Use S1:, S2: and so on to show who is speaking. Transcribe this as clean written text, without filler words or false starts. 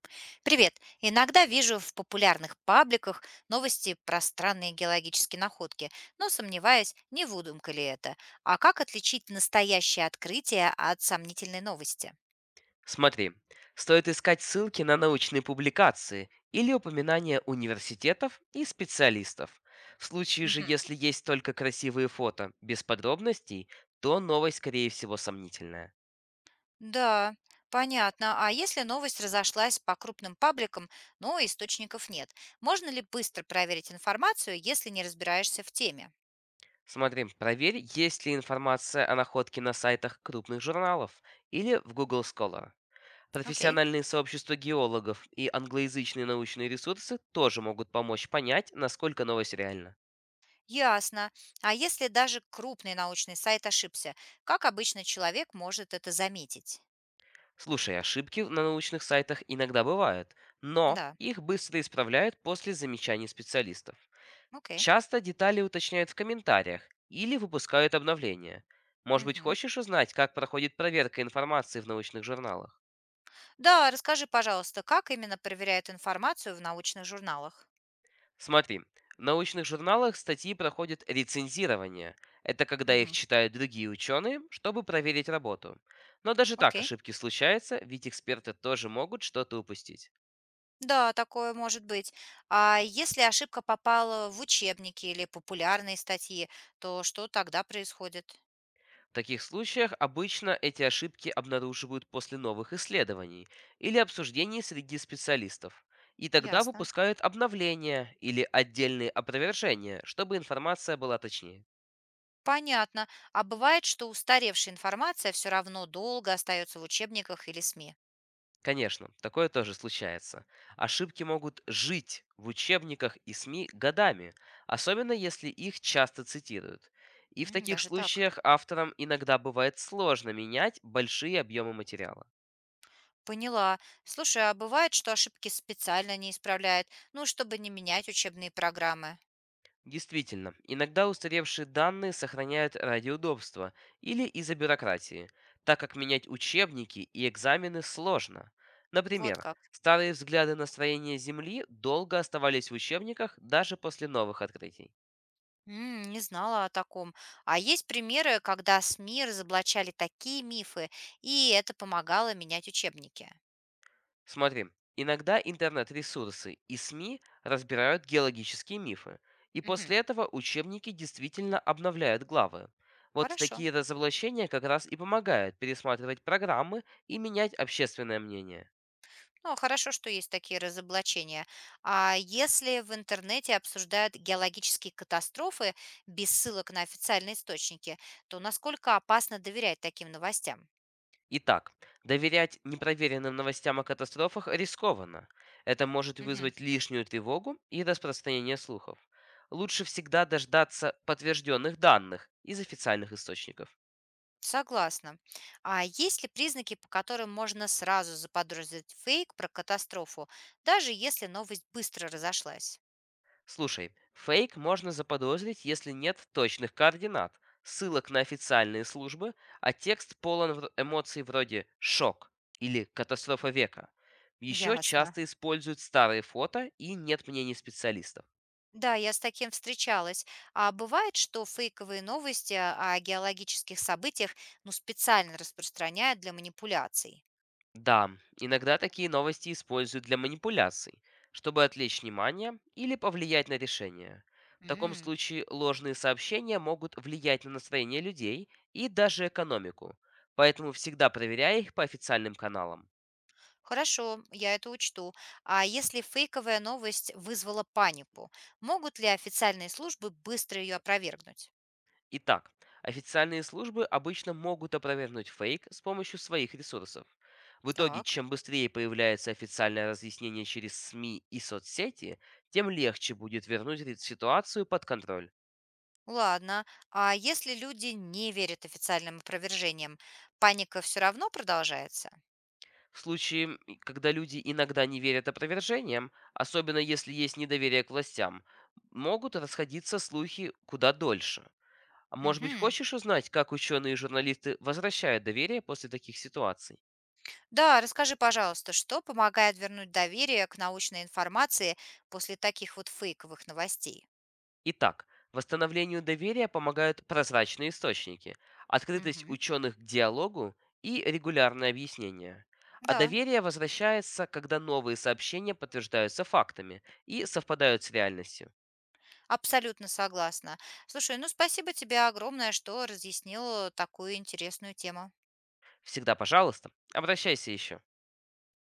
S1: Привет! Иногда вижу в популярных пабликах новости про странные геологические находки, но сомневаюсь, не выдумка ли это. А как отличить настоящее открытие от сомнительной новости?
S2: Смотри, стоит искать ссылки на научные публикации или упоминания университетов и специалистов. В случае же,
S1: Мгм.
S2: если есть только красивые фото без подробностей, то новость, скорее всего, сомнительная.
S1: Да, понятно. А если новость разошлась по крупным пабликам, но источников нет, можно ли быстро проверить информацию, если не разбираешься в теме?
S2: Смотри, проверь, есть ли информация о находке на сайтах крупных журналов или в Google Scholar.
S1: Окей.
S2: Профессиональные сообщества геологов и англоязычные научные ресурсы тоже могут помочь понять, насколько новость реальна.
S1: Ясно. А если даже крупный научный сайт ошибся, как обычно человек может это заметить?
S2: Слушай, ошибки на научных сайтах иногда бывают, но
S1: Да.
S2: их быстро исправляют после замечаний специалистов.
S1: Окей.
S2: Часто детали уточняют в комментариях или выпускают обновления. Может быть,
S1: Мгм.
S2: хочешь узнать, как проходит проверка информации в научных журналах?
S1: Да, расскажи, пожалуйста, как именно проверяют информацию в научных журналах?
S2: Смотри, в научных журналах статьи проходят рецензирование. Это когда их
S1: Мгм.
S2: читают другие ученые, чтобы проверить работу. Но даже так
S1: Окей.
S2: ошибки случаются, ведь эксперты тоже могут что-то упустить.
S1: Да, такое может быть. А если ошибка попала в учебники или популярные статьи, то что тогда происходит?
S2: В таких случаях обычно эти ошибки обнаруживают после новых исследований или обсуждений среди специалистов. И тогда
S1: Ясно.
S2: выпускают обновления или отдельные опровержения, чтобы информация была точнее.
S1: Понятно. А бывает, что устаревшая информация все равно долго остается в учебниках или СМИ.
S2: Конечно, такое тоже случается. Ошибки могут жить в учебниках и СМИ годами, особенно если их часто цитируют. И в
S1: М.
S2: таких
S1: Даже так.
S2: случаях авторам иногда бывает сложно менять большие объемы материала.
S1: Поняла. Слушай, а бывает, что ошибки специально не исправляют, ну, чтобы не менять учебные программы.
S2: Действительно, иногда устаревшие данные сохраняют ради удобства или из-за бюрократии, так как менять учебники и экзамены сложно.
S1: Вот
S2: Например,
S1: как.
S2: старые взгляды на строение Земли долго оставались в учебниках даже после новых открытий.
S1: Не знала о таком. А есть примеры, когда СМИ разоблачали такие мифы, и это помогало менять учебники.
S2: Смотри, иногда интернет-ресурсы и СМИ разбирают геологические мифы, и
S1: Мгм.
S2: после этого учебники действительно обновляют главы. Вот
S1: Хорошо.
S2: такие разоблачения как раз и помогают пересматривать программы и менять общественное мнение.
S1: Ну, а хорошо, что есть такие разоблачения. А если в интернете обсуждают геологические катастрофы без ссылок на официальные источники, то насколько опасно доверять таким новостям?
S2: Итак, доверять непроверенным новостям о катастрофах рискованно. Это может
S1: Мгм.
S2: вызвать лишнюю тревогу и распространение слухов. Лучше всегда дождаться подтвержденных данных из официальных источников.
S1: Согласна. А есть ли признаки, по которым можно сразу заподозрить фейк про катастрофу, даже если новость быстро разошлась?
S2: Слушай, фейк можно заподозрить, если нет точных координат, ссылок на официальные службы, а текст полон эмоций вроде «шок» или «катастрофа века». Еще
S1: Ясно.
S2: часто используют старые фото и нет мнений специалистов.
S1: Да, я с таким встречалась. А бывает, что фейковые новости о геологических событиях, ну, специально распространяют для манипуляций.
S2: Да, иногда такие новости используют для манипуляций, чтобы отвлечь внимание или повлиять на решение. В таком
S1: М,
S2: случае ложные сообщения могут влиять на настроение людей и даже экономику, поэтому всегда проверяй их по официальным каналам.
S1: Хорошо, я это учту. А если фейковая новость вызвала панику, могут ли официальные службы быстро ее опровергнуть?
S2: Итак, официальные службы обычно могут опровергнуть фейк с помощью своих ресурсов. В итоге,
S1: Так.
S2: чем быстрее появляется официальное разъяснение через СМИ и соцсети, тем легче будет вернуть ситуацию под контроль.
S1: Ладно. А если люди не верят официальным опровержениям, паника все равно продолжается?
S2: В случае, и когда люди иногда не верят опровержениям, особенно если есть недоверие к властям, могут расходиться слухи куда дольше. А может быть,
S1: Мгм.
S2: хочешь узнать, как ученые и журналисты возвращают доверие после таких ситуаций?
S1: Да, расскажи, пожалуйста, что помогает вернуть доверие к научной информации после таких вот фейковых новостей?
S2: Итак, восстановлению доверия помогают прозрачные источники, открытость
S1: Мгм.
S2: ученых к диалогу и регулярное объяснение. А
S1: Да,
S2: доверие возвращается, когда новые сообщения подтверждаются фактами и совпадают с реальностью.
S1: абсолютно согласна. Слушай, ну спасибо тебе огромное, что разъяснила такую интересную тему.
S2: Всегда, пожалуйста, обращайся еще.